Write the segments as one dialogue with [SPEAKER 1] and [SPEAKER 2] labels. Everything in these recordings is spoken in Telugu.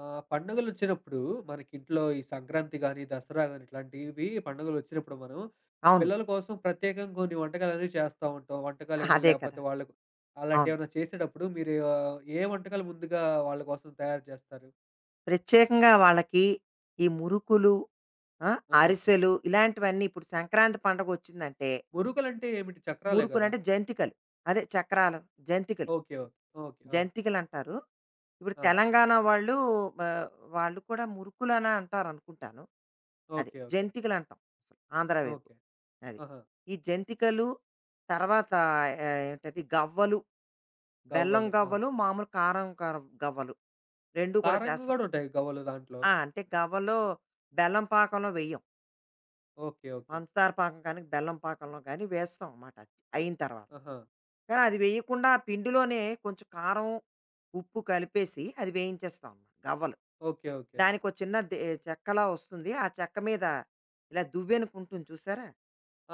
[SPEAKER 1] పండుగలొచ్చినప్పుడు మనకింట్లో ఈ సంక్రాంతి గాని, దసరా గాని ఇట్లాంటివి పండుగలొచ్చినప్పుడు మనం
[SPEAKER 2] అవును.
[SPEAKER 1] పిల్లల కోసం ప్రత్యేకంగా కొన్ని వంటకాలనేవి చేస్తా ఉంటాం. వంటకాలు గాని
[SPEAKER 2] అదే కదా!
[SPEAKER 1] లేకపోతే వాళ్ళకు
[SPEAKER 2] అవును.
[SPEAKER 1] అలాంటివేమన్నా చేసేటప్పుడు మీరు ఏ వంటకాలు ముందుగా వాళ్ళ కోసం తయారు చేస్తారు?
[SPEAKER 2] ప్రత్యేకంగా వాళ్ళకి ఈ మురుకులు, ఆ!
[SPEAKER 1] ఆహా!
[SPEAKER 2] అరిసెలు ఇలాంటివన్నీ ఇప్పుడు సంక్రాంతి పండగొచ్చిందంటే,
[SPEAKER 1] మురుకులంటే ఏమిటి? చక్రాలే గదా!
[SPEAKER 2] మురుకులంటే జంతికలు. అదే చక్రాలు, జంతికలు.
[SPEAKER 1] ఓకే. ఓకే. ఓకే. ఆ!
[SPEAKER 2] జంతికలంటారు. ఇప్పుడు
[SPEAKER 1] ఆ!
[SPEAKER 2] తెలంగాణ వాళ్ళు ఆహ్, వాళ్ళు కూడా మురుకులనే అంటారనుకుంటాను. అది
[SPEAKER 1] ఓకే. ఓకే.
[SPEAKER 2] జంతికలంటాం ఆంధ్ర వైపు.
[SPEAKER 1] ఓకే.
[SPEAKER 2] అది.
[SPEAKER 1] ఆహా!
[SPEAKER 2] ఈ జంతికలు తర్వాత ఆహ్, ఏంటది గవ్వలు, బెల్లం
[SPEAKER 1] గవ్వలు. ఆ!
[SPEAKER 2] గవ్వలు, మామూలు కారం కారం గవ్వలు 2 కూడా
[SPEAKER 1] కారంగా
[SPEAKER 2] చేస్తాం.
[SPEAKER 1] గూడా ఉంటాయి గవ్వలు దాంట్లో.
[SPEAKER 2] ఆ! అంటే గవ్వలో బెల్లం పాకంలో వెయ్యం.
[SPEAKER 1] ఓకే. ఓకే.
[SPEAKER 2] పంచదార పాకం కానీ, బెల్లం పాకంలో కానీ వేస్తాం అనమాట అయిన తర్వాత.
[SPEAKER 1] ఆహా!
[SPEAKER 2] కానీ అది వేయకుండా ఆ పిండిలోనే కొంచెం కారం, ఉప్పు కలిపేసి అది వేయించేస్తాం అనమాట గవ్వలు.
[SPEAKER 1] ఓకే. ఓకే.
[SPEAKER 2] దానికో చిన్న దే చెక్కలా వస్తుంది. ఆ చెక్క మీద ఇలా దువ్వెనకు ఉంటుంది చూసారా?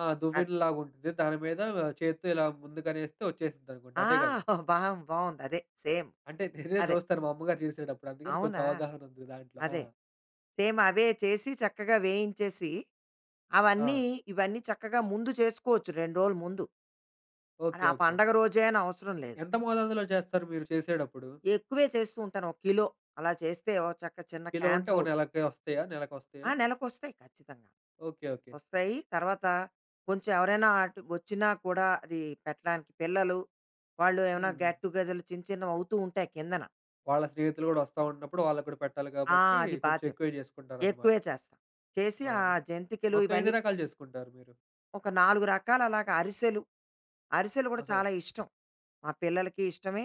[SPEAKER 1] ఆ!
[SPEAKER 2] అది
[SPEAKER 1] దువ్వెనలాగుంటుంది. దాని మీద చేత్తో ఇలా ముందుకనేస్తే వచ్చేసిద్దనుకుంటా.
[SPEAKER 2] ఆ!
[SPEAKER 1] అదే గదా!
[SPEAKER 2] బా బావుంది. అదే సేమ్.
[SPEAKER 1] అంటే నేనే
[SPEAKER 2] అదే.
[SPEAKER 1] చూస్తాను మా అమ్మగారు చేసేటప్పుడు. అందుకని కొంచెం
[SPEAKER 2] అవునా?
[SPEAKER 1] అవగాహన ఉంది దాంట్లో. ఆ!
[SPEAKER 2] అదే. సేమ్ అవే చేసి చక్కగా వేయించేసి
[SPEAKER 1] ఆ!
[SPEAKER 2] అవన్నీ ఇవన్నీ చక్కగా ముందు చేసుకోవచ్చు 2 రోజుల ముందు. అది
[SPEAKER 1] ఓకే.
[SPEAKER 2] ఆ
[SPEAKER 1] ఓకే.
[SPEAKER 2] పండగ రోజే అని అవసరం లేదు.
[SPEAKER 1] ఎంత మోతాదులో చేస్తారు మీరు చేసేటప్పుడు?
[SPEAKER 2] ఎక్కువే చేస్తూ ఉంటాను. ఒక కిలో అలా చేస్తే ఓ చక్క చిన్న
[SPEAKER 1] కిలో అంటే
[SPEAKER 2] క్యాన్‌తో
[SPEAKER 1] ఒక నెలకి వస్తాయా? నెలకొస్తాయా?
[SPEAKER 2] ఆ! నెలకొస్తాయి ఖచ్చితంగా.
[SPEAKER 1] ఓకే. ఓకే.
[SPEAKER 2] వస్తాయి. తర్వాత కొంచెం ఎవరైనా అటు వచ్చినా కూడా అది పెట్టడానికి పిల్లలు, వాళ్ళు
[SPEAKER 1] హ్మ్.
[SPEAKER 2] ఏమైనా
[SPEAKER 1] హ్మ్.
[SPEAKER 2] గెట్ టుగెదర్‌లు చిన్నవి అవుతూ ఉంటాయి కిందన.
[SPEAKER 1] వాళ్ళ స్నేహితులు గూడా వస్తా ఉంటున్నప్పుడు వాళ్ళకి కూడా పెట్టాలి
[SPEAKER 2] ఆ!
[SPEAKER 1] కాబట్టి
[SPEAKER 2] అది బా
[SPEAKER 1] కొంచెం
[SPEAKER 2] చెప్పావు.
[SPEAKER 1] ఎక్కువే జేసుకుంటారనమాట.
[SPEAKER 2] ఎక్కువే చేస్తాం. చేసి
[SPEAKER 1] ఆ!
[SPEAKER 2] ఆ
[SPEAKER 1] అంటే
[SPEAKER 2] జంతికలు
[SPEAKER 1] మొత్తం ఎన్ని
[SPEAKER 2] ఇవన్నీ
[SPEAKER 1] రకాలు జేసుకుంటారు మీరు?
[SPEAKER 2] ఒక 4 రకాల అలాగా అరిసెలు, అరిసెలు కూడా
[SPEAKER 1] ఆహా!
[SPEAKER 2] చాలా ఇష్టం. మా పిల్లలకి ఇష్టమే.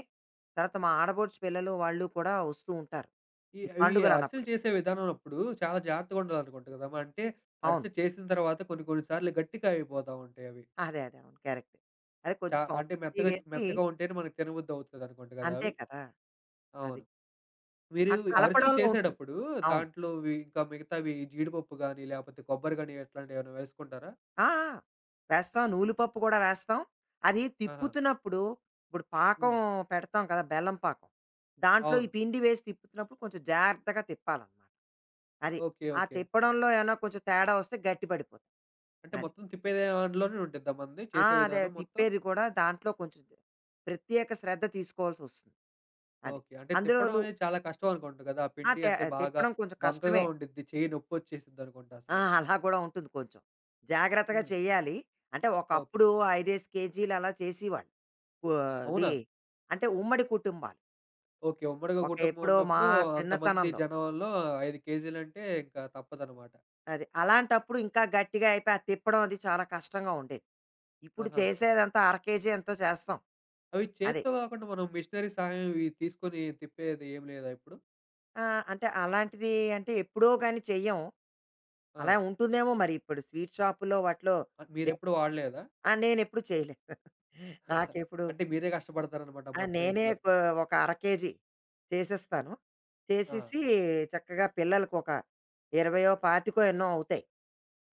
[SPEAKER 2] తర్వాత మా ఆడపడుచు పిల్లలు వాళ్ళు కూడా వస్తూ ఉంటారు.
[SPEAKER 1] ఈ
[SPEAKER 2] ఈ
[SPEAKER 1] ఇవి అరిసెలు
[SPEAKER 2] పండుగలన్నప్పుడు.
[SPEAKER 1] చేసే విధానం అప్పుడు చాలా జాగ్రత్తగా ఉండాలనుకుంటా కదా! అంటే
[SPEAKER 2] అవును.
[SPEAKER 1] అరిసె చేసిన తర్వాత కొన్ని కొన్ని సార్లు గట్టిగా అయిపోతా ఉంటాయి అవి.
[SPEAKER 2] అదే. అదే. అవును. కరెక్ట్. అదే
[SPEAKER 1] చా
[SPEAKER 2] కొంచెం
[SPEAKER 1] అంటే
[SPEAKER 2] సోంపు అది
[SPEAKER 1] మెత్తగా
[SPEAKER 2] వేసి
[SPEAKER 1] మెత్తగా ఉంటేనే మనకు తినబుద్ధి అవుతదనుకుంట కదా
[SPEAKER 2] అంతే
[SPEAKER 1] అవి?
[SPEAKER 2] కదా! అది.
[SPEAKER 1] అవును. మీరు
[SPEAKER 2] ఆ
[SPEAKER 1] ఈ అరిసెలు
[SPEAKER 2] కలపడంలో ఉంటుంది.
[SPEAKER 1] చేసేటప్పుడు
[SPEAKER 2] అవును.
[SPEAKER 1] దాంట్లోవి ఇంకా మిగతావి జీడిపప్పు గాని, లేపోతే కొబ్బరి గాని ఇట్లాంటివి ఏమైనా వేసుకుంటారా?
[SPEAKER 2] ఆ! వేస్తాం. నూలుపప్పు కూడా వేస్తాం. అది
[SPEAKER 1] ఆహా!
[SPEAKER 2] తిప్పుతున్నప్పుడు ఇప్పుడు పాకం
[SPEAKER 1] హ్మ్.
[SPEAKER 2] పెడతాం కదా! బెల్లం పాకం. దాంట్లో ఈ
[SPEAKER 1] అవును.
[SPEAKER 2] పిండి వేసి తిప్పుతున్నప్పుడు కొంచెం జాగ్రత్తగా తిప్పాలన్నమాట. అది.
[SPEAKER 1] ఓకే.
[SPEAKER 2] ఆ
[SPEAKER 1] ఓకే.
[SPEAKER 2] తిప్పడంలో ఏమైనా కొంచెం తేడా వస్తే గట్టి పడిపోతుంది.
[SPEAKER 1] అంటే
[SPEAKER 2] అది.
[SPEAKER 1] మొత్తం తిప్పే దాంట్లోనే ఉండిద్దా మనది
[SPEAKER 2] ఆ!
[SPEAKER 1] చేసే
[SPEAKER 2] అదే
[SPEAKER 1] విధానం మొత్తం?
[SPEAKER 2] తిప్పేది కూడా దాంట్లో కొంచెం ప్రత్యేక శ్రద్ధ తీసుకోవాల్సొస్తుంది. అది.
[SPEAKER 1] ఓకే. అంటే
[SPEAKER 2] అందులో
[SPEAKER 1] తిప్పడం
[SPEAKER 2] నువ్వు
[SPEAKER 1] అనేది చాలా కష్టం అనుకుంట కదా! ఆ
[SPEAKER 2] ఆ!
[SPEAKER 1] పిండి
[SPEAKER 2] తె
[SPEAKER 1] అంటే బాగా
[SPEAKER 2] తిప్పడం కొంచెం
[SPEAKER 1] బంకగా
[SPEAKER 2] కష్టమే.
[SPEAKER 1] ఉండిద్ది. చెయ్యి నొప్పొచ్చేసిద్దనుకుంట
[SPEAKER 2] ఆ!
[SPEAKER 1] అసలు.
[SPEAKER 2] అలా కూడా ఉంటుంది కొంచెం. జాగ్రత్తగా
[SPEAKER 1] హ్మ్.
[SPEAKER 2] చెయ్యాలి. అంటే
[SPEAKER 1] ఓకే.
[SPEAKER 2] ఒకప్పుడు 5 కేజీలు అలా చేసేవాళ్ళు. వ అది
[SPEAKER 1] అవునా?
[SPEAKER 2] అంటే ఉమ్మడి కుటుంబాలు.
[SPEAKER 1] ఓకే. ఉమ్మడిగా
[SPEAKER 2] ఒక
[SPEAKER 1] కుటుంబం
[SPEAKER 2] ఎప్పుడో మా
[SPEAKER 1] ఉన్నప్పుడు అంతమంది
[SPEAKER 2] చిన్నతనంలో.
[SPEAKER 1] జనంలో 5 కేజీలంటే ఇంకా తప్పదనమాట.
[SPEAKER 2] అది. అలాంటప్పుడు ఇంకా గట్టిగా అయిపోయి, ఆ తిప్పడం అది చాలా కష్టంగా ఉండేది. ఇప్పుడు
[SPEAKER 1] ఆహా!
[SPEAKER 2] చేసేదంతా అర కేజీ ఎంతో చేస్తాం.
[SPEAKER 1] అవి
[SPEAKER 2] అదే.
[SPEAKER 1] చేత్తో కాకుండా మనం మిషనరీ సహాయం ఇవి తీసుకొని తిప్పేది ఏం లేదా ఇప్పుడు?
[SPEAKER 2] ఆ! అంటే అలాంటిది అంటే ఎప్పుడో గాని చెయ్యం.
[SPEAKER 1] ఆ!
[SPEAKER 2] అలా ఉంటుందేమో మరి ఇప్పుడు స్వీట్ షాపుల్లో వాటిలో.
[SPEAKER 1] మీరెప్పుడు వాడలేదా?
[SPEAKER 2] ఆ! నేనెప్పుడు చేయలేదు. నాకెప్పుడు
[SPEAKER 1] అంటే మీరే కష్టపడతారనమాట
[SPEAKER 2] ఆ!
[SPEAKER 1] మొత్తం
[SPEAKER 2] నేనే
[SPEAKER 1] ఇంట్లో.
[SPEAKER 2] ఒక ఒక అర కేజీ చేసేస్తాను.
[SPEAKER 1] ఆ!
[SPEAKER 2] చేసేసి చక్కగా పిల్లలకి ఒక 20, 25 ఎన్నో అవుతాయి.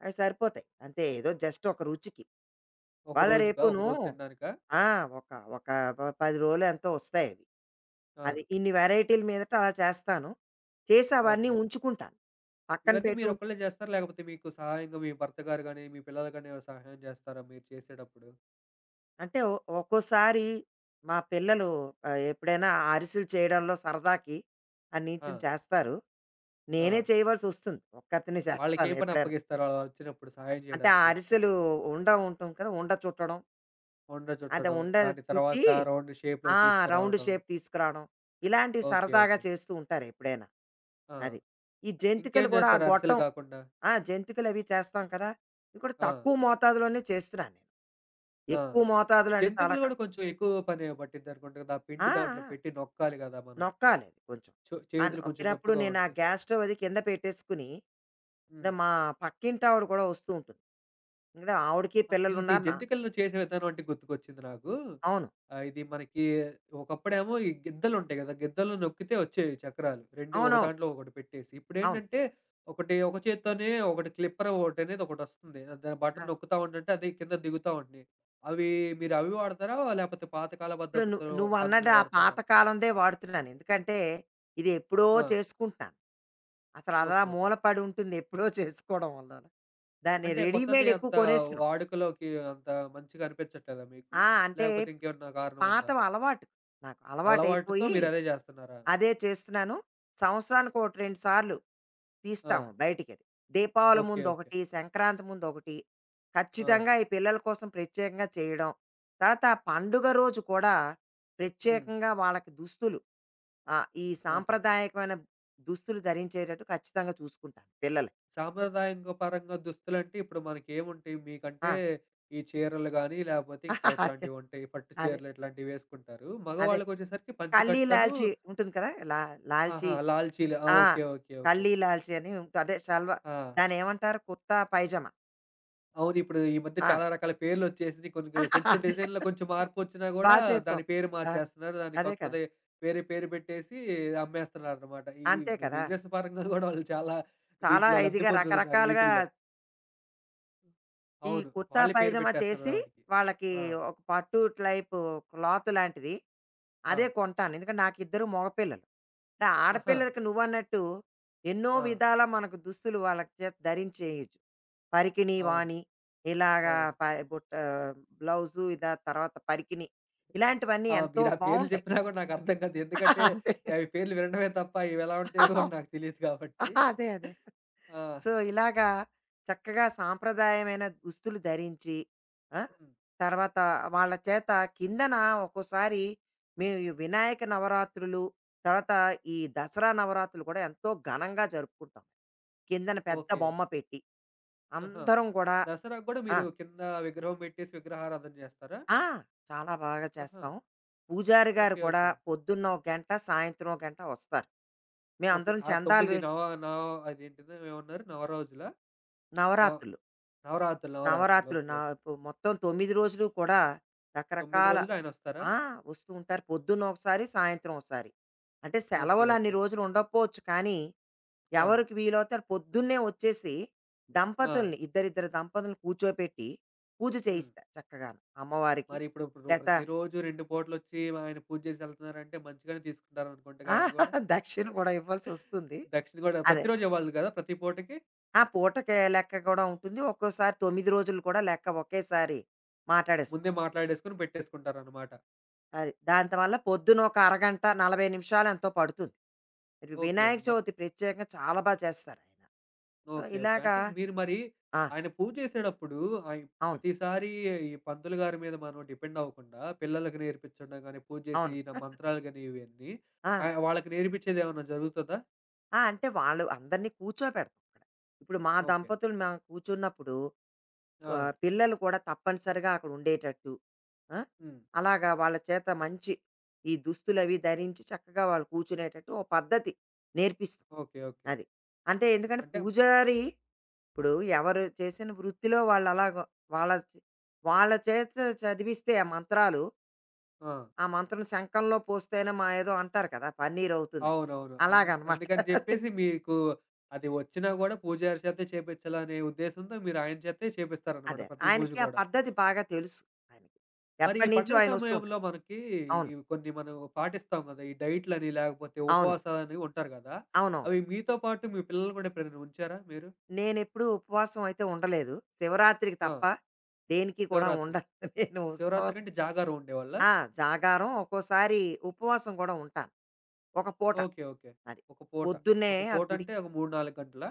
[SPEAKER 2] అవి సరిపోతాయి. అంతే ఏదో జస్ట్ ఒక రుచికి.
[SPEAKER 1] ఒక
[SPEAKER 2] ఇవాళ హ్మ్.
[SPEAKER 1] రోజుకా? ఒక
[SPEAKER 2] రేపును
[SPEAKER 1] రోజు తినడానికా?
[SPEAKER 2] ఆ! ఒక ఒక ప 10 రోజులో ఎంతో వస్తాయవి.
[SPEAKER 1] ఆ!
[SPEAKER 2] అది ఇన్ని వెరైటీల మీదట అలా చేస్తాను. చేసి అవన్నీ
[SPEAKER 1] ఓకే.
[SPEAKER 2] ఉంచుకుంటాను. పక్కన
[SPEAKER 1] ఇవన్నీ
[SPEAKER 2] పెట్టి ఉంచు
[SPEAKER 1] మీరొక్కళ్ళే చేస్తారా? లేకపోతే మీకు సహాయంగా మీ భర్త గారు గాని, మీ పిల్లలు గాని ఎవరు సహాయం చేస్తారా మీరు చేసేటప్పుడు?
[SPEAKER 2] అంటే ఒ ఒక్కోసారి మా పిల్లలు ఎప్పుడైనా ఆ అరిసెలు చేయడంలో సరదాకి ఆ
[SPEAKER 1] ఆ!
[SPEAKER 2] నించుని చేస్తారు.
[SPEAKER 1] ఆ!
[SPEAKER 2] నేనే చేయవలసొస్తుంది. ఒక్కతినే చేస్తాను
[SPEAKER 1] వాళ్ళకేం పని
[SPEAKER 2] ఎప్పుడైనా.
[SPEAKER 1] అప్పగిస్తారు అలా వచ్చినప్పుడు సహాయం
[SPEAKER 2] అంటే ఆ
[SPEAKER 1] చేయడానికి?
[SPEAKER 2] అరిసెలు ఉంటుంది కదా! ఉండ చుట్టడం.
[SPEAKER 1] ఉండ
[SPEAKER 2] అంటే
[SPEAKER 1] చుట్టడం.
[SPEAKER 2] ఉండ
[SPEAKER 1] దాని
[SPEAKER 2] చుట్టి
[SPEAKER 1] తర్వాత రౌండ్
[SPEAKER 2] ఆ!
[SPEAKER 1] షేప్‌లోకి
[SPEAKER 2] రౌండ్
[SPEAKER 1] తీసుకురావటం.
[SPEAKER 2] షేప్ తీసుకురావడం. ఇలాంటివి
[SPEAKER 1] ఓకే.
[SPEAKER 2] సరదాగా
[SPEAKER 1] ఓకే.
[SPEAKER 2] చేస్తూ ఉంటారు ఎప్పుడైనా.
[SPEAKER 1] ఆ!
[SPEAKER 2] అది. ఈ
[SPEAKER 1] ఇంకేం
[SPEAKER 2] జంతికలు కూడా ఆ
[SPEAKER 1] జేస్తారు అరిసెలు
[SPEAKER 2] గొట్టం
[SPEAKER 1] గాకుండా?
[SPEAKER 2] ఆ! జంతికలవి చేస్తాం కదా! ఇవి కూడా
[SPEAKER 1] ఆ!
[SPEAKER 2] తక్కువ మోతాదులోనే చేస్తున్నాను నేను.
[SPEAKER 1] ఆ!
[SPEAKER 2] ఎక్కువ మోతాదులో అంటే చాలా
[SPEAKER 1] జంతికలు
[SPEAKER 2] క
[SPEAKER 1] గూడా కొంచెం ఎక్కువ పని పట్టిద్దనుకుంట గదా! ఆ
[SPEAKER 2] ఆ!
[SPEAKER 1] పిండి దాంట్లో
[SPEAKER 2] ఆ!
[SPEAKER 1] పెట్టి నొక్కాలి గదా మనం.
[SPEAKER 2] నొక్కాలి అది కొంచెం. ఆ
[SPEAKER 1] చేతులు కొంచెం
[SPEAKER 2] నొక్కినప్పుడు
[SPEAKER 1] నొప్పిగా
[SPEAKER 2] నేను ఆ
[SPEAKER 1] ఉంటాయి.
[SPEAKER 2] గ్యాస్ స్టవ్ అది కింద పెట్టేసుకుని, అంటే
[SPEAKER 1] హ్మ్.
[SPEAKER 2] మా పక్కింటావిడ కూడా వస్తూ ఉంటుంది. ఇంగ ఆవిడకి
[SPEAKER 1] ఆ! ఇది
[SPEAKER 2] పిల్లలున్నారు. నా
[SPEAKER 1] జంతికలు చేసే విధానం అంటే గుర్తుకొచ్చింది నాకు.
[SPEAKER 2] అవును.
[SPEAKER 1] ఇది మనకి ఒకప్పుడేమో ఈ గిద్దలుంటాయి గదా! గిద్దలు నొక్కితే వచ్చేవి చక్రాలు. 2 ఒక
[SPEAKER 2] అవునవును.
[SPEAKER 1] దాంట్లో ఒకటి పెట్టేసి.
[SPEAKER 2] అవును.
[SPEAKER 1] ఇప్పుడేంటంటే ఒకటి ఒక చేత్తోనే ఒకటి క్లిప్పర్ ఒకటనేది ఒకటొస్తుంది. దాని బటన్
[SPEAKER 2] ఆ!
[SPEAKER 1] నొక్కుతా ఉంటుంటే అది కింద దిగుతా ఉంటున్నాయి. అవి మీరు అవి వాడతారా? లేకపోతే పాతకాల
[SPEAKER 2] ఇప్పుడు
[SPEAKER 1] పద్ధతిలో
[SPEAKER 2] నువ్వన్నది
[SPEAKER 1] పద్ధతిలో
[SPEAKER 2] ఆ
[SPEAKER 1] వాడతారా?
[SPEAKER 2] పాత కాలందే వాడుతున్నాను. ఎందుకంటే, ఇది ఎప్పుడో
[SPEAKER 1] ఆ!
[SPEAKER 2] చేసుకుంటున్నాను. అసలలా
[SPEAKER 1] ఓకే.
[SPEAKER 2] మూల పడి ఉంటుంది ఎప్పుడో చేసుకోవడం వల్ల. దాన్ని
[SPEAKER 1] అంటే కొత్తది
[SPEAKER 2] రెడీమేడ్ ఎక్కువ
[SPEAKER 1] అంత
[SPEAKER 2] కొనేస్తున్నాం.
[SPEAKER 1] వాడుకలోకి అంత మంచిగా అనిపించట్లేదా మీకు?
[SPEAKER 2] ఆ! అంటే
[SPEAKER 1] లేకపోతే ఇంకేమన్నా కారణం ఉందా?
[SPEAKER 2] పాతవి అలవాటు. నాకు
[SPEAKER 1] అలవాటుతో
[SPEAKER 2] అలవాటయిపోయి
[SPEAKER 1] మీరదే జేస్తన్నారా?
[SPEAKER 2] అదే చేస్తున్నాను. సంవత్సరానికి ఒకటి, 2 సార్లు
[SPEAKER 1] ఆ!
[SPEAKER 2] తీస్తాము బయటికది. దీపావళి
[SPEAKER 1] ఓకే. ఓకే.
[SPEAKER 2] ముందొకటి, సంక్రాంతి ముందొకటి.
[SPEAKER 1] ఆ!
[SPEAKER 2] ఖచ్చితంగా ఈ పిల్లల కోసం ప్రత్యేకంగా చేయడం. తర్వాత ఆ పండుగ రోజు కూడా
[SPEAKER 1] హ్మ్.
[SPEAKER 2] ప్రత్యేకంగా వాళ్ళకి దుస్తులు ఈ
[SPEAKER 1] ఓకే.
[SPEAKER 2] సాంప్రదాయకమైన దుస్తులు ధరించేటట్టు ఖచ్చితంగా చూసుకుంటాను పిల్లలు.
[SPEAKER 1] సాంప్రదాయంగ పరంగా దుస్తులంటే ఇప్పుడు మనకేముంటాయి? మీకంటే
[SPEAKER 2] ఆ!
[SPEAKER 1] ఈ చీరలు గాని, లేపోతే ఇంకా
[SPEAKER 2] అదే.
[SPEAKER 1] ఇట్లాంటివుంటాయి. పట్టు
[SPEAKER 2] అదే.
[SPEAKER 1] చీరలు ఇట్లాంటివేసుకుంటారు.
[SPEAKER 2] అదే.
[SPEAKER 1] మగవాళ్ళకొచ్చేసరికి
[SPEAKER 2] కల్లి,
[SPEAKER 1] పంచకట్టను
[SPEAKER 2] లాల్చి ఉంటుంది కదా! లాల్చి
[SPEAKER 1] ఆహా! లాల్చీలు. ఆ!
[SPEAKER 2] ఆ!
[SPEAKER 1] ఓకే. ఓకే. ఓకే.
[SPEAKER 2] కల్లి లాల్చి అని ఉంట అదే షల్వా
[SPEAKER 1] ఆ!
[SPEAKER 2] దాన్నేమంటారు? కుర్తా, పైజామా.
[SPEAKER 1] అవును. ఇప్పుడు ఈ మధ్య
[SPEAKER 2] ఆ!
[SPEAKER 1] చాలా రకాల పేర్లొచ్చేసినియి. కొన్ని కొంచెం
[SPEAKER 2] అదే
[SPEAKER 1] డిజైన్‌లో కొంచెం మార్పొచ్చినా
[SPEAKER 2] బా
[SPEAKER 1] గూడా దాని
[SPEAKER 2] చెప్పావు.
[SPEAKER 1] పేరు
[SPEAKER 2] ఆ!
[SPEAKER 1] మార్చేస్తున్నారు. దాన్ని
[SPEAKER 2] అదే కదా!
[SPEAKER 1] కొత్తది వేరే పేరు పెట్టేసి అమ్మేస్తున్నారనమాట. ఈ
[SPEAKER 2] అంతే కదా!
[SPEAKER 1] బిజినెస్ పరంగా గూడా వాళ్ళు చాలా
[SPEAKER 2] చాలా
[SPEAKER 1] దీంట్లో లబ్ధి
[SPEAKER 2] ఇదిగా
[SPEAKER 1] పొందుతున్నారు
[SPEAKER 2] రకరకాలుగా
[SPEAKER 1] వీటిల్లో.
[SPEAKER 2] ఈ
[SPEAKER 1] అవును.
[SPEAKER 2] కుర్తా,
[SPEAKER 1] వాళ్ళే పేరు
[SPEAKER 2] పైజామా
[SPEAKER 1] పెట్టేస్తారు గదా
[SPEAKER 2] చేసి
[SPEAKER 1] వాటికి.
[SPEAKER 2] వాళ్ళకి
[SPEAKER 1] ఆ!
[SPEAKER 2] ఒక పట్టు టైపు క్లాత్ లాంటిది.
[SPEAKER 1] ఆ!
[SPEAKER 2] అదే కొంటాను. ఎందుకంటే నాకిద్దరు మగపిల్లలు. అంటే
[SPEAKER 1] ఆహా!
[SPEAKER 2] ఆడపిల్లలకి నువ్వన్నట్టు ఎన్నో
[SPEAKER 1] ఆ!
[SPEAKER 2] విధాలా మనకు దుస్తులు వాళ్ళ చేత ధరించేయొచ్చు. పరికిణి
[SPEAKER 1] అవును.
[SPEAKER 2] వాణి ఇలాగా
[SPEAKER 1] అవును.
[SPEAKER 2] ప బుట్ట బ్లౌజు ఇదా తర్వాత పరికిణి ఇలాంటివన్నీ
[SPEAKER 1] ఆ!
[SPEAKER 2] ఎంతో
[SPEAKER 1] మీరా పేర్లు
[SPEAKER 2] బావుంటాయి.
[SPEAKER 1] చెప్పినా గూడా నాకర్థం కాదు. ఎందుకంటే,
[SPEAKER 2] అంతే.
[SPEAKER 1] అవి పేర్లు వినడమే తప్ప ఇవెలా ఉంటాయో గూడా నాకు తెలీదు కాబట్టి.
[SPEAKER 2] అదే.
[SPEAKER 1] ఆ!
[SPEAKER 2] సో, ఇలాగా చక్కగా సాంప్రదాయమైన దుస్తులు ధరించి ఆ!
[SPEAKER 1] హ్మ్.
[SPEAKER 2] తర్వాత వాళ్ళ చేత కిందన ఒక్కోసారి మేము ఈ వినాయక నవరాత్రులు, తర్వాత ఈ దసరా నవరాత్రులు కూడా ఎంతో ఘనంగా జరుపుకుంటాం. కిందన పెద్ద
[SPEAKER 1] ఓకే.
[SPEAKER 2] బొమ్మ పెట్టి.
[SPEAKER 1] ఆహా!
[SPEAKER 2] అందరం కూడా
[SPEAKER 1] దసరాకు గూడా
[SPEAKER 2] ఆ!
[SPEAKER 1] మీరు కింద విగ్రహం పెట్టేసి విగ్రహారాధన జేస్తారా?
[SPEAKER 2] ఆ! చాలా బాగా
[SPEAKER 1] ఆహా!
[SPEAKER 2] చేస్తాం. పూజారి గారు
[SPEAKER 1] ఓకే.
[SPEAKER 2] కూడా
[SPEAKER 1] ఓకే.
[SPEAKER 2] పొద్దున్న ఒక గంట, సాయంత్రం ఒక గంట వస్తారు.
[SPEAKER 1] ఓకే.
[SPEAKER 2] మేమందరం
[SPEAKER 1] ఆ
[SPEAKER 2] చందాలు
[SPEAKER 1] 9
[SPEAKER 2] వేసి
[SPEAKER 1] నవ నవ అదేంటిదో ఏమన్నారు? నవరోజులా? నవ
[SPEAKER 2] నవరాత్రులు.
[SPEAKER 1] నవరాత్రులు, నవరాత్రులు.
[SPEAKER 2] నవరాత్రులు
[SPEAKER 1] ఓకే. ఓకే.
[SPEAKER 2] ఇప్పుడు మొత్తం 9 రోజులు కూడా
[SPEAKER 1] 9
[SPEAKER 2] రకరకాల
[SPEAKER 1] రోజులు ఆయనొస్తారా?
[SPEAKER 2] ఆ! వస్తూ ఉంటారు. పొద్దున్న ఒకసారి, సాయంత్రం ఒకసారి. అంటే
[SPEAKER 1] ఓకే.
[SPEAKER 2] సెలవులు అన్ని
[SPEAKER 1] ఓకే.
[SPEAKER 2] రోజులు ఉండకపోవచ్చు కానీ,
[SPEAKER 1] ఆ!
[SPEAKER 2] ఎవరికి వీలవుతారు పొద్దున్నే వచ్చేసి
[SPEAKER 1] ఆ!
[SPEAKER 2] దంపతుల్ని, ఇద్దరిద్దరు దంపతుల్ని కూర్చోపెట్టి పూజ
[SPEAKER 1] హ్మ్.
[SPEAKER 2] చేయిస్తారు చక్కగాను. అమ్మవారికి
[SPEAKER 1] మరిప్పుడు ఇప్పుడు ఇప్పుడు
[SPEAKER 2] లేత
[SPEAKER 1] ప్రతిరోజు 2 పూటలొచ్చి ఆయన పూజ చేసి ఎళ్తున్నారంటే మంచిగానే తీసుకుంటారనుకుంటగా
[SPEAKER 2] ఆ!
[SPEAKER 1] ఆయన గూడా.
[SPEAKER 2] దక్షిణ కూడా ఇవ్వాల్సొస్తుంది.
[SPEAKER 1] దక్షిణ గూడా
[SPEAKER 2] అదే.
[SPEAKER 1] ప్రతిరోజు ఇవ్వాలి గదా! ప్రతి పూటకి
[SPEAKER 2] ఆ! పూటకే లెక్క కూడా ఉంటుంది. ఒక్కోసారి 9 రోజులు కూడా లెక్క ఒకేసారి మాటాడేస్తాం.
[SPEAKER 1] ముందే మాట్లాడేసుకొని పెట్టేసుకుంటారనమాట.
[SPEAKER 2] అది. దాంత వల్ల పొద్దున ఒక అరగంట, 40 నిమిషాలు ఎంతో పడుతుంది. ఇది
[SPEAKER 1] ఓకే.
[SPEAKER 2] వినాయక చవితి ప్రత్యేకంగా చాలా బా చేస్తారాయన. So,
[SPEAKER 1] okay. ఓకే.
[SPEAKER 2] ఇలాగా
[SPEAKER 1] అంటే మీరు మరి
[SPEAKER 2] ఆ!
[SPEAKER 1] ఆయన పూజ చేసేటప్పుడు ఆయి
[SPEAKER 2] అవును.
[SPEAKER 1] ప్రతిసారి ఈ పంతులు గారి మీద మనం డిపెండ్ అవ్వకుండా పిల్లలకి నేర్పించడం గాని, పూజ చేసే
[SPEAKER 2] అవును.
[SPEAKER 1] ఈ న మంత్రాలు గాని ఇవన్నీ
[SPEAKER 2] ఆ!
[SPEAKER 1] వాళ్ళకి నేర్పించేదేమన్నా జరుగుతదా?
[SPEAKER 2] ఆ! అంటే వాళ్ళు అందరిని కూర్చోపెడతాం అక్కడ. ఇప్పుడు మా
[SPEAKER 1] ఓకే.
[SPEAKER 2] దంపతులు మేము కూర్చున్నప్పుడు
[SPEAKER 1] ఆ!
[SPEAKER 2] పిల్లలు కూడా తప్పనిసరిగా అక్కడ ఉండేటట్టు. ఆ!
[SPEAKER 1] హ్మ్.
[SPEAKER 2] అలాగా వాళ్ళ చేత మంచి ఈ దుస్తులవి ధరించి చక్కగా వాళ్ళు కూర్చునేటట్టు ఓ పద్ధతి నేర్పిస్తాం.
[SPEAKER 1] ఓకే. ఓకే.
[SPEAKER 2] అది. అంటే ఎందుకంటే
[SPEAKER 1] అంటే
[SPEAKER 2] పూజారి ఇప్పుడు ఎవరు చేసిన వృత్తిలో వాళ్ళు అలాగ వాళ్ళ వాళ్ళ చేత చదివిస్తే ఆ మంత్రాలు,
[SPEAKER 1] ఆ!
[SPEAKER 2] ఆ మంత్రం శంఖంలో పోస్తేనే మా ఏదో అంటారు కదా! పన్నీరవుతుందని.
[SPEAKER 1] అవునవును.
[SPEAKER 2] అలాగనమాట.
[SPEAKER 1] అందుకని జెప్పేసి మీకు అది వచ్చినా గూడా పూజారి చేతే చేపిచ్చాలనే ఉద్దేశంతో మీరు ఆయన చేతే చేపిస్తారనమాట
[SPEAKER 2] అదే.
[SPEAKER 1] ప్రతి పూజ
[SPEAKER 2] ఆయనకి ఆ
[SPEAKER 1] గూడా.
[SPEAKER 2] పద్ధతి బాగా తెలుసు. ఆయనకి.
[SPEAKER 1] మరి ఈ
[SPEAKER 2] ఎప్పటినుంచో
[SPEAKER 1] పండుగ
[SPEAKER 2] ఆయన వస్తూ
[SPEAKER 1] సమయంలో
[SPEAKER 2] ఉంటారు.
[SPEAKER 1] మనకి
[SPEAKER 2] అవును.
[SPEAKER 1] ఇవి కొన్ని మనం పాటిస్తాం గదా! ఈ డైట్‌లని లేకపోతే
[SPEAKER 2] అవును.
[SPEAKER 1] ఉపవాసాలని ఉంటారు గదా!
[SPEAKER 2] అవునవును.
[SPEAKER 1] అవి మీతో పాటు మీ పిల్లలు గూడా ఎప్పుడైనా ఉంచారా మీరు?
[SPEAKER 2] నేనెప్పుడూ ఉపవాసం అయితే ఉండలేదు. శివరాత్రికి
[SPEAKER 1] ఆ!
[SPEAKER 2] తప్ప దేనికి కూడా
[SPEAKER 1] శివరాత్రికి.
[SPEAKER 2] ఉండను. నేను ఉపవాసం
[SPEAKER 1] శివరాత్రికంటే జాగారం ఉండేవాళ్ళా?
[SPEAKER 2] ఆ! జాగారం ఒక్కోసారి ఉపవాసం కూడా ఉంటాను. ఒక పూట
[SPEAKER 1] ఓకే. ఓకే.
[SPEAKER 2] అది.
[SPEAKER 1] ఒక పూట.
[SPEAKER 2] పొద్దున్నే
[SPEAKER 1] ఒక
[SPEAKER 2] ఆ
[SPEAKER 1] పూట
[SPEAKER 2] గుడి
[SPEAKER 1] అంటే ఒక 3, 4 గంటలా?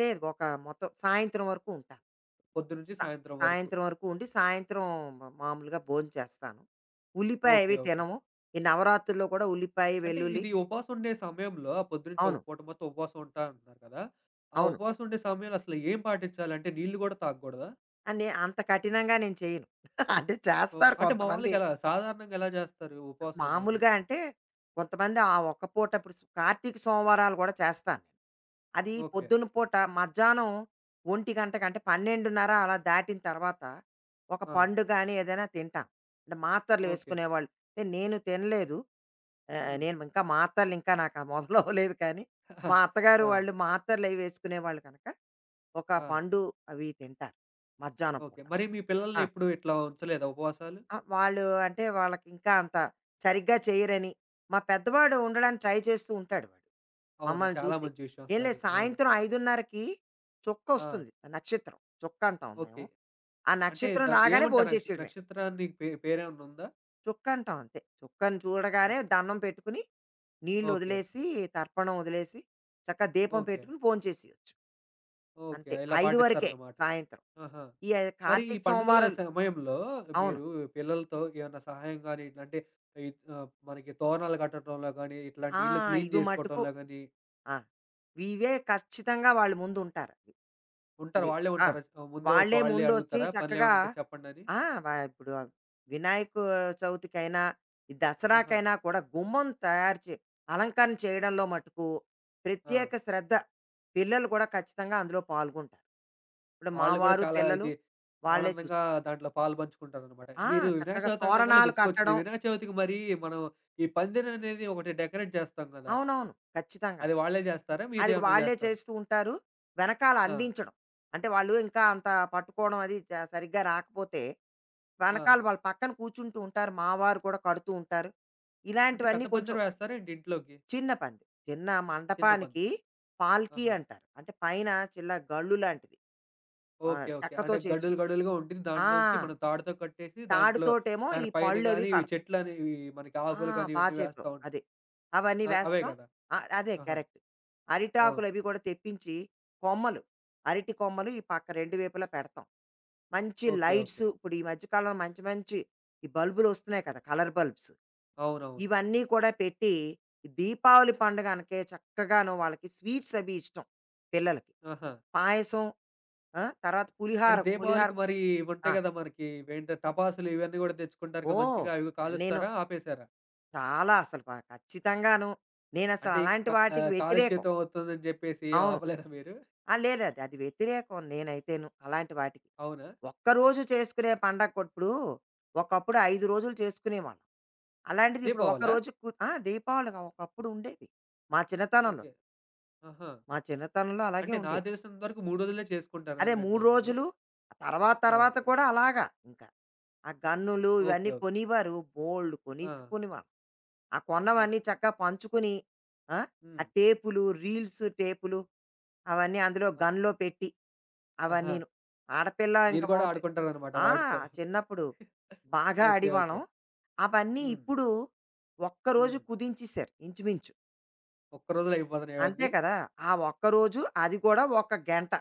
[SPEAKER 2] లేదు ఒక మొత్తం సాయంత్రం వరకు ఉంటాను.
[SPEAKER 1] పొద్దున్నుంచి
[SPEAKER 2] సా
[SPEAKER 1] సాయంత్రం వరకు.
[SPEAKER 2] సాయంత్రం వరకు ఉండి సాయంత్రం మా మామూలుగా భోంచేస్తాను. ఉల్లిపాయ
[SPEAKER 1] ఓకే.
[SPEAKER 2] అవి
[SPEAKER 1] ఓకే.
[SPEAKER 2] తినము. ఈ నవరాత్రుల్లో కూడా ఉల్లిపాయ,
[SPEAKER 1] అంటే
[SPEAKER 2] వెల్లుల్లి
[SPEAKER 1] ఇది ఉపవాసం ఉండే సమయంలో ఆ పొద్దునుంచి ఒక
[SPEAKER 2] అవును.
[SPEAKER 1] పూట మొత్తం ఉపవాసం ఉంటా అంటున్నారు కదా! ఆ
[SPEAKER 2] అవును.
[SPEAKER 1] ఉపవాసం ఉండే సమయంలో అసలు ఏం పాటించాలి? అంటే నీళ్లు గూడా తాగకూడదా?
[SPEAKER 2] నే అంత కఠినంగా నేను చేయను. అంటే
[SPEAKER 1] ఓహ్!
[SPEAKER 2] చేస్తారు
[SPEAKER 1] అంటే
[SPEAKER 2] కొంతమంది.
[SPEAKER 1] మామూలుగా ఎలా సాధారణంగా ఎలా జేస్తారు ఉపవాసం అనేది?
[SPEAKER 2] మామూలుగా అంటే కొంతమంది ఆ ఒక్క పూట ఇప్పుడు కార్తీక సోమవారాలు కూడా చేస్తాను నేను. అది
[SPEAKER 1] ఓకే.
[SPEAKER 2] పొద్దున పూట మధ్యాహ్నం ఒంటి గంట కంటే పన్నెండున్నర అలా దాటిన తర్వాత ఒక
[SPEAKER 1] ఆ!
[SPEAKER 2] పండు కానీ ఏదైనా తింటాం అంటే మాత్రలు
[SPEAKER 1] ఓకే.
[SPEAKER 2] వేసుకునేవాళ్ళు అంటే నేను తినలేదు ఆ,
[SPEAKER 1] హ్మ్.
[SPEAKER 2] నేను ఇంకా మాత్రలు ఇంకా నాకు మొదలు అవ్వలేదు కానీ మా అత్తగారు
[SPEAKER 1] ఆ!
[SPEAKER 2] వాళ్ళు మాత్రలు అవి వేసుకునేవాళ్ళు కనుక ఒక
[SPEAKER 1] ఆ!
[SPEAKER 2] పండు అవి తింటారు మధ్యాహ్నం
[SPEAKER 1] ఓకే.
[SPEAKER 2] పూట
[SPEAKER 1] మరి మీ పిల్లల్ని ఎప్పుడు ఇట్లా ఉంచలేదా ఉపవాసాలు?
[SPEAKER 2] ఆ! వాళ్ళు అంటే వాళ్ళకింకా అంత సరిగ్గా చెయ్యరని. మా పెద్దవాడు ఉండడానికి ట్రై చేస్తూ ఉంటాడు వాడు.
[SPEAKER 1] అవునా!
[SPEAKER 2] మమ్మల్ని
[SPEAKER 1] చాలా
[SPEAKER 2] చూసి.
[SPEAKER 1] మంచి విషయం
[SPEAKER 2] "ఏం లేదు
[SPEAKER 1] అసలది. అవును.
[SPEAKER 2] సాయంత్రం 5:30కి
[SPEAKER 1] ఆ!
[SPEAKER 2] చొక్కొస్తుంది నక్షత్రం. చొక్క అంటాం
[SPEAKER 1] ఓకే.
[SPEAKER 2] మేము. ఆ
[SPEAKER 1] అంటే
[SPEAKER 2] నక్షత్రం రాగానే
[SPEAKER 1] ఏమంటారు
[SPEAKER 2] భోంచేసేయడమే.
[SPEAKER 1] నక్షత్రానికి పేరేమన్నా ఉందా?
[SPEAKER 2] చొక్క అంటాం అంతే. చొక్కని చూడగానే
[SPEAKER 1] ఓహ్!
[SPEAKER 2] దండం పెట్టుకుని,
[SPEAKER 1] ఓకే.
[SPEAKER 2] నీళ్ళొదిలేసి, తర్పణం వదిలేసి, చక్కగా దీపం
[SPEAKER 1] ఓకే.
[SPEAKER 2] పెట్టుకుని భోంచేసేయొచ్చు.
[SPEAKER 1] ఓకే.
[SPEAKER 2] అంతే.
[SPEAKER 1] ఇలా
[SPEAKER 2] 5 వరకే
[SPEAKER 1] పాటిస్తారన్నమాట.
[SPEAKER 2] సాయంత్రం.
[SPEAKER 1] ఆహా!
[SPEAKER 2] ఈ
[SPEAKER 1] మరి ఈ
[SPEAKER 2] కార్తీక
[SPEAKER 1] పండుగల
[SPEAKER 2] సోమవారాలు
[SPEAKER 1] సమయంలో
[SPEAKER 2] అవును.
[SPEAKER 1] మీరు పిల్లలతో ఏమన్నా సహాయం గాని, ఇట్లా అంటే ఈ మనకి తోరణాలు కట్టడంలో గాని, ఇట్లాంటి
[SPEAKER 2] ఆ!
[SPEAKER 1] ఇల్లు క్లీన్
[SPEAKER 2] ఇవి మట్టుకు
[SPEAKER 1] చేసుకోవటంలో గాని
[SPEAKER 2] ఆ! ఇవే ఖచ్చితంగా వాళ్ళు ముందుంటారు.
[SPEAKER 1] ఉంటారు.
[SPEAKER 2] ఇది
[SPEAKER 1] వాళ్ళే
[SPEAKER 2] ఆ!
[SPEAKER 1] ఉంటారా? ముందే వచ్చి
[SPEAKER 2] వాళ్ళే
[SPEAKER 1] వాళ్ళే
[SPEAKER 2] ముందొచ్చి
[SPEAKER 1] అడుగుతారా?
[SPEAKER 2] చక్కగా
[SPEAKER 1] పనులేమైనా ఉంటే చెప్పండని?
[SPEAKER 2] ఆ! ఇప్పుడు వినాయక చవితికైనా, ఈ
[SPEAKER 1] ఆహా!
[SPEAKER 2] దసరాకైనా కూడా గుమ్మం తయారు చే అలంకరణ చేయడంలో మటుకు
[SPEAKER 1] ఆ!
[SPEAKER 2] ప్రత్యేక శ్రద్ధ పిల్లలు కూడా ఖచ్చితంగా అందులో పాల్గొంటారు. ఇప్పుడు మా
[SPEAKER 1] వాళ్ళు కూడా
[SPEAKER 2] వారు,
[SPEAKER 1] చాలా
[SPEAKER 2] పిల్లలు
[SPEAKER 1] ఇది
[SPEAKER 2] వాళ్ళే చూసు
[SPEAKER 1] ఆనందంగా దాంట్లో పాలు పంచుకుంటారనమాట.
[SPEAKER 2] ఆ!
[SPEAKER 1] మీరు వినాయక
[SPEAKER 2] చక్కగా
[SPEAKER 1] చవితి అనంగానే
[SPEAKER 2] తోరణాలు
[SPEAKER 1] గుర్తుకొచ్చింది.
[SPEAKER 2] కట్టడం
[SPEAKER 1] వినాయక చవితికి మరి మనం ఈ పందిరి అనేది ఒకటి డెకరేట్ చేస్తాం కదా!
[SPEAKER 2] అవునవును. ఖచ్చితంగా.
[SPEAKER 1] అది వాళ్ళే చేస్తారా?
[SPEAKER 2] అది
[SPEAKER 1] మీరేమన్నా
[SPEAKER 2] వాళ్ళే
[SPEAKER 1] చేస్తారా?
[SPEAKER 2] చేస్తూ ఉంటారు. వెనకాల
[SPEAKER 1] ఆ!
[SPEAKER 2] అందించడం. అంటే వాళ్ళు ఇంకా అంత పట్టుకోవడం అది చ సరిగ్గా రాకపోతే,
[SPEAKER 1] ఆ!
[SPEAKER 2] వెనకాల వాళ్ళ పక్కన కూర్చుంటూ ఉంటారు. మా వారు కూడా కడుతూ ఉంటారు.
[SPEAKER 1] అంటే పెద్ద
[SPEAKER 2] ఇలాంటివన్నీ కొంచెం
[SPEAKER 1] పందిరి వేస్తారా ఏంటి ఇంట్లోకి?
[SPEAKER 2] చిన్న పంది. చిన్న
[SPEAKER 1] చిన్న పందెం.
[SPEAKER 2] మండపానికి పాల్కీ
[SPEAKER 1] ఆహా!
[SPEAKER 2] అంటారు. అంటే పైన చిన్న గళ్ళు లాంటిది.
[SPEAKER 1] ఓకే. ఓకే.
[SPEAKER 2] చెక్కతో
[SPEAKER 1] అంటే గడులు
[SPEAKER 2] చేసింది.
[SPEAKER 1] గడులుగా ఉంటుంది.
[SPEAKER 2] ఆ!
[SPEAKER 1] దాంట్లోంచి మనం తాడుతో కట్టేసి దాంట్లో
[SPEAKER 2] తాడుతోటేమో ఈ
[SPEAKER 1] దాని పైన
[SPEAKER 2] పళ్ళవి
[SPEAKER 1] గాని ఇవి
[SPEAKER 2] కడతాం.
[SPEAKER 1] చెట్లనేవి మనకి
[SPEAKER 2] ఆ!
[SPEAKER 1] ఆకులు కానీ
[SPEAKER 2] బా
[SPEAKER 1] ఇవన్నీ వేస్తా
[SPEAKER 2] చెప్పావు.
[SPEAKER 1] ఉంటాం.
[SPEAKER 2] అదే. అవన్నీ
[SPEAKER 1] అవే
[SPEAKER 2] వేస్తాం.
[SPEAKER 1] కదా!
[SPEAKER 2] ఆ! అదే
[SPEAKER 1] ఆహా!
[SPEAKER 2] కరెక్ట్.
[SPEAKER 1] అవును.
[SPEAKER 2] అరిటాకులు అవి కూడా తెప్పించి, కొమ్మలు, అరటి కొమ్మలు ఈ పక్క రెండు వైపులా పెడతాం. మంచి
[SPEAKER 1] ఓకే. ఓకే.
[SPEAKER 2] లైట్స్ ఇప్పుడు ఈ మధ్య కాలంలో మంచి మంచి ఈ బల్బులొస్తున్నాయి కదా! Colour bulbs.
[SPEAKER 1] అవునవును.
[SPEAKER 2] ఇవన్నీ కూడా పెట్టి, ఈ దీపావళి పండుగ అనకే చక్కగాను వాళ్ళకి స్వీట్స్ అవి ఇష్టం పిల్లలకి.
[SPEAKER 1] ఆహా!
[SPEAKER 2] పాయసం, ఆ! తర్వాత
[SPEAKER 1] అంటే
[SPEAKER 2] పులిహార, పులిహార
[SPEAKER 1] దీపావళికి
[SPEAKER 2] కూడా
[SPEAKER 1] మరి
[SPEAKER 2] ఆ!
[SPEAKER 1] ఇవుంటాయి కదా! మనకి ఇవేంటో టపాసులు ఇవన్నీ కూడా తెచ్చుకుంటారుగా
[SPEAKER 2] ఓహ్!
[SPEAKER 1] మంచిగా. అవి
[SPEAKER 2] అవన్నీను.
[SPEAKER 1] కాలుస్తారా? ఆపేసారా?
[SPEAKER 2] చాలా అసలు ప ఖచ్చితంగాను. నేనసలు
[SPEAKER 1] అంటే క
[SPEAKER 2] అలాంటి వాటికి వ్యతిరేకం.
[SPEAKER 1] కాలుష్యతం అవుతుందని చెప్పేసి ఏం
[SPEAKER 2] అవును.
[SPEAKER 1] ఆపలేదా మీరు?
[SPEAKER 2] ఆ! లేదు అది అది వ్యతిరేకం నేనైతేను అలాంటి వాటికి.
[SPEAKER 1] అవునా?
[SPEAKER 2] ఒక్కరోజు చేసుకునే పండగప్పుడు ఒకప్పుడు 5 రోజులు చేసుకునేవాళ్ళం. అలాంటిది ఇప్పుడు ఒక
[SPEAKER 1] దీపావళా?
[SPEAKER 2] రోజు కు ఆ! దీపావళికి ఒకప్పుడు ఉండేది. మా చిన్నతనంలో.
[SPEAKER 1] ఓకే. ఆహా!
[SPEAKER 2] మా చిన్నతనంలో అలాగే
[SPEAKER 1] అంటే నాకు
[SPEAKER 2] ఉండేది.
[SPEAKER 1] తెలిసినంత వరకు 3 రోజులే
[SPEAKER 2] అదే
[SPEAKER 1] చేసుకుంటారని
[SPEAKER 2] 3
[SPEAKER 1] విన్నాను నేను.
[SPEAKER 2] రోజులు ఆ తర్వాత
[SPEAKER 1] ఆ!
[SPEAKER 2] తర్వాత కూడా అలాగా ఇంకా. ఆ గన్నులు
[SPEAKER 1] ఓకే.
[SPEAKER 2] ఇవన్నీ
[SPEAKER 1] ఓకే.
[SPEAKER 2] కొనేవారు. బోలెడు
[SPEAKER 1] ఆ!
[SPEAKER 2] కొనేసుకునేవాళ్ళం. ఆ
[SPEAKER 1] ఓకే.
[SPEAKER 2] కొన్నవన్నీ చక్కగా పంచుకుని ఆ ఆ
[SPEAKER 1] హ్మ్.
[SPEAKER 2] టేపులు రీల్స్ టేపులు అవన్నీ అందులో
[SPEAKER 1] ఆ!
[SPEAKER 2] గన్లో పెట్టి
[SPEAKER 1] ఆహా!
[SPEAKER 2] అవన్నీను ఆడపిల్ల
[SPEAKER 1] మీరు
[SPEAKER 2] ఇంకా
[SPEAKER 1] కూడా
[SPEAKER 2] మగ పిల్ల-
[SPEAKER 1] ఆడుకుంటారనమాట
[SPEAKER 2] ఆ
[SPEAKER 1] వాటితో.
[SPEAKER 2] చిన్నప్పుడు బాగా
[SPEAKER 1] ఓకే. ఓకే.
[SPEAKER 2] ఆడివాణం అవన్నీ
[SPEAKER 1] హ్మ్.
[SPEAKER 2] ఇప్పుడు ఒక్కరోజు
[SPEAKER 1] హ్మ్.
[SPEAKER 2] కుదించేశారు ఇంచుమించు
[SPEAKER 1] ఒక్క రోజులో అయిపోతున్నాయా
[SPEAKER 2] అంతే
[SPEAKER 1] ఇవన్నీ?
[SPEAKER 2] కదా ఆ ఒక్కరోజు అది కూడా ఒక గంట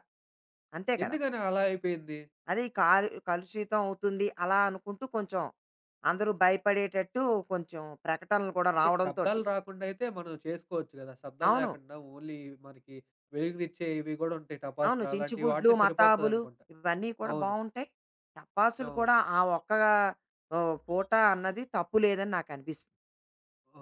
[SPEAKER 2] అంతే కదా
[SPEAKER 1] ఎందుకని అలా అయిపోయింది?
[SPEAKER 2] అదే కాలు కలుషితం అవుతుంది అలా అనుకుంటూ కొంచెం అందరూ భయపడేటట్టు కొంచెం ప్రకటనలు కూడా
[SPEAKER 1] అంటే
[SPEAKER 2] రావడంతో
[SPEAKER 1] శబ్దాలు రాకుండా అయితే మనం చేసుకోవచ్చు గదా! శబ్దాలు
[SPEAKER 2] అవును
[SPEAKER 1] లేకుండా ఓన్లీ మనకి వెలుగునిచ్చే ఇవి గూడా ఉంటాయి
[SPEAKER 2] అవును.
[SPEAKER 1] టపాసులు అలాంటివి
[SPEAKER 2] చించుబుడ్లు,
[SPEAKER 1] వాడితే
[SPEAKER 2] మతాబులు
[SPEAKER 1] సరిపోతదనుకుంటా.
[SPEAKER 2] ఇవన్నీ కూడా
[SPEAKER 1] అవును.
[SPEAKER 2] బావుంటాయి. టపాసులు
[SPEAKER 1] అవును.
[SPEAKER 2] కూడా ఆ ఒక్క పూట అన్నది తప్పు లేదని నాకనిపిస్తుంది.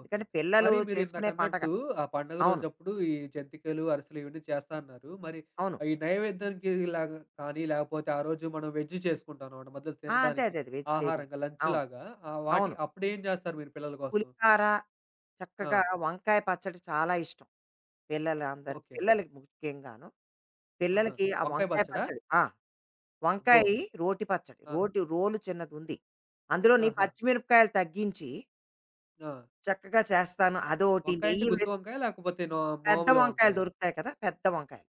[SPEAKER 1] ఓకే.
[SPEAKER 2] పిల్లలు
[SPEAKER 1] మరి మీరు
[SPEAKER 2] చేసుకునే పండగ.
[SPEAKER 1] ఇందాకన్నట్టు ఆ పండుగ
[SPEAKER 2] అవును.
[SPEAKER 1] రోజప్పుడు ఈ జంతికలు, అరిసెలు ఇవన్నీ చేస్తా అన్నారు. మరి
[SPEAKER 2] అవును.
[SPEAKER 1] ఈ నైవేద్యానికి లాగా కానీ, లేకపోతే ఆ రోజు మనం వెజ్ చేసుకుంటాం అన్నమాట మధ్యలో
[SPEAKER 2] ఆ! అదే.
[SPEAKER 1] తినడానికి.
[SPEAKER 2] అదే. అదే. వెజిటేరియన్.
[SPEAKER 1] ఆహారంగా
[SPEAKER 2] అవును.
[SPEAKER 1] లంచ్‌లాగా వాటికి
[SPEAKER 2] అవును.
[SPEAKER 1] అప్పుడేం చేస్తారు మీరు పిల్లల కోసం?
[SPEAKER 2] పులిహార,
[SPEAKER 1] ఆ!
[SPEAKER 2] చక్కగా వంకాయ పచ్చడి చాలా ఇష్టం పిల్లలందరికి.
[SPEAKER 1] ఓకే.
[SPEAKER 2] పిల్లలకి ముఖ్యంగాను.
[SPEAKER 1] ఆహా!
[SPEAKER 2] పిల్లలకి ఆ
[SPEAKER 1] వంకాయ
[SPEAKER 2] వంకాయ
[SPEAKER 1] పచ్చడా?
[SPEAKER 2] పచ్చడి ఆ!
[SPEAKER 1] అబ్బో!
[SPEAKER 2] వంకాయి రోటి పచ్చడి.
[SPEAKER 1] ఆ!
[SPEAKER 2] రోటి రోలు చిన్నదుంది. అందులోని
[SPEAKER 1] ఆహా!
[SPEAKER 2] పచ్చిమిరపకాయలు తగ్గించి
[SPEAKER 1] ఆ!
[SPEAKER 2] చక్కగా చేస్తాను. అదోటి
[SPEAKER 1] వంకాయ అంటే
[SPEAKER 2] నెయ్యి
[SPEAKER 1] గుత్తు
[SPEAKER 2] వేసి
[SPEAKER 1] వంకాయ లేకపోతే
[SPEAKER 2] పెద్ద
[SPEAKER 1] మామూలు వంకాయ?
[SPEAKER 2] వంకాయలు దొరుకుతాయి కదా! పెద్ద వంకాయలు.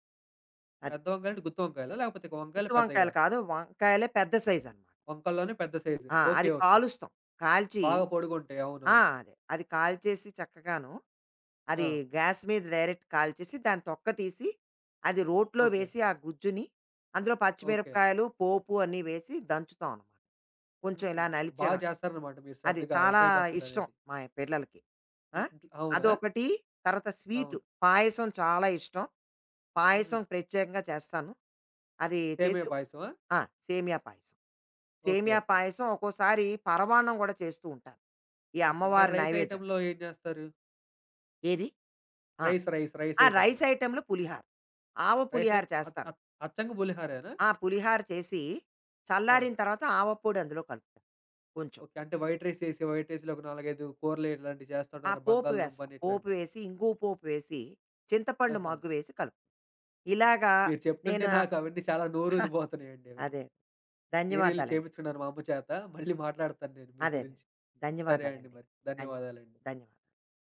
[SPEAKER 2] అది.
[SPEAKER 1] పెద్ద వంకాయ అంటే గుత్తు వంకాయలా? లేకపోతే వంకాయలు
[SPEAKER 2] గుత్తి
[SPEAKER 1] పెద్దయా?
[SPEAKER 2] వంకాయలు కాదు. వంకాయలే పెద్ద సైజ్ అన్నమాట.
[SPEAKER 1] వంకాయల్లోనే పెద్ద సైజు.
[SPEAKER 2] ఆ!
[SPEAKER 1] ఓకే.
[SPEAKER 2] అది
[SPEAKER 1] ఓకే.
[SPEAKER 2] కాలుస్తాం. కాల్చి
[SPEAKER 1] బాగా పొడుగుంటాయి.
[SPEAKER 2] ఆ!
[SPEAKER 1] అవునవును.
[SPEAKER 2] అదే. అది కాల్చేసి చక్కగాను అది
[SPEAKER 1] ఆ!
[SPEAKER 2] గ్యాస్ మీద డైరెక్ట్ కాల్చేసి దాని తొక్క తీసి అది రోట్లో
[SPEAKER 1] ఓకే.
[SPEAKER 2] వేసి ఆ గుజ్జుని అందులో
[SPEAKER 1] ఓకే.
[SPEAKER 2] పచ్చిమిరపకాయలు, పోపు అన్నీ వేసి దంచుతాం అన్నమాట. కొంచెం
[SPEAKER 1] హుహు.
[SPEAKER 2] ఇలా
[SPEAKER 1] బా
[SPEAKER 2] నలిచడమే.
[SPEAKER 1] చేస్తారనమాట మీరు
[SPEAKER 2] అది
[SPEAKER 1] శ్రద్ధగా
[SPEAKER 2] చాలా
[SPEAKER 1] వంకాయ
[SPEAKER 2] ఇష్టం
[SPEAKER 1] పచ్చడనేది.
[SPEAKER 2] మా పిల్లలకి. ఆ!
[SPEAKER 1] ఇంట్లో అవునా?
[SPEAKER 2] అదొకటి. తర్వాత స్వీటు.
[SPEAKER 1] అవును.
[SPEAKER 2] పాయసం చాలా ఇష్టం.
[SPEAKER 1] హ్మ్.
[SPEAKER 2] పాయసం ప్రత్యేకంగా చేస్తాను. అది
[SPEAKER 1] సేమియా
[SPEAKER 2] చేసి
[SPEAKER 1] పాయసమా?
[SPEAKER 2] ఆ! సేమియా పాయసం.
[SPEAKER 1] ఓకే.
[SPEAKER 2] సేమియా
[SPEAKER 1] ఓకే.
[SPEAKER 2] పాయసం ఒక్కోసారి పరమాన్నం గూడా చేస్తూ ఉంటాను. ఈ
[SPEAKER 1] ఓకే. మరి
[SPEAKER 2] అమ్మవారి
[SPEAKER 1] రైస్
[SPEAKER 2] నైవేద్యం.
[SPEAKER 1] ఐటెమ్‌లో ఏం చేస్తారు?
[SPEAKER 2] ఏది? ఆ!
[SPEAKER 1] రైస్
[SPEAKER 2] ఆ!
[SPEAKER 1] ఐటెమ్‌లో.
[SPEAKER 2] రైస్ ఐటెమ్‌లో పులిహార. ఆవ
[SPEAKER 1] రైసే
[SPEAKER 2] పులిహార
[SPEAKER 1] అ అ
[SPEAKER 2] చేస్తాను.
[SPEAKER 1] అచ్చంగా పులిహారేనా?
[SPEAKER 2] ఆ! పులిహార చేసి
[SPEAKER 1] ఆ!
[SPEAKER 2] చల్లారిన తర్వాత ఆవ పొడి అందులో కలుపుతాను కొంచెం.
[SPEAKER 1] ఓకే. అంటే వైట్ రైస్ చేసి, వైట్ రైస్‌లో ఒక 4, 5 కూరలు ఇట్లాంటివి చేస్తా
[SPEAKER 2] ఆ
[SPEAKER 1] ఉంటారు కదా!
[SPEAKER 2] పోపు వేస్తాం.
[SPEAKER 1] బంగాళదుంపని
[SPEAKER 2] పోపు
[SPEAKER 1] ఇట్లాంటివి.
[SPEAKER 2] వేసి, ఇంగువ పోపు వేసి, చింతపండు
[SPEAKER 1] ఆహా!
[SPEAKER 2] మగ్గు వేసి కలుపుతాం. ఇలాగా
[SPEAKER 1] మీరు చెప్తుంటే
[SPEAKER 2] నేను ఆ-
[SPEAKER 1] నాకు అవన్నీ చాలా నోరూరిపోతున్నాయండి అవన్నీ.
[SPEAKER 2] అదే
[SPEAKER 1] నేనెళ్లి
[SPEAKER 2] ధన్యవాదాలండి.
[SPEAKER 1] చేపించుకున్నాను మా అమ్మ చేత. మళ్ళీ మాట్లాడతాను నేను మీ
[SPEAKER 2] అదే అదే.
[SPEAKER 1] గురించి. సరే అండి
[SPEAKER 2] ధన్యవాదాలండి.
[SPEAKER 1] మరి.
[SPEAKER 2] ధన్యవాదాలు.
[SPEAKER 1] ధన్యవాదాలండి.
[SPEAKER 2] ధన్యవాదాలు.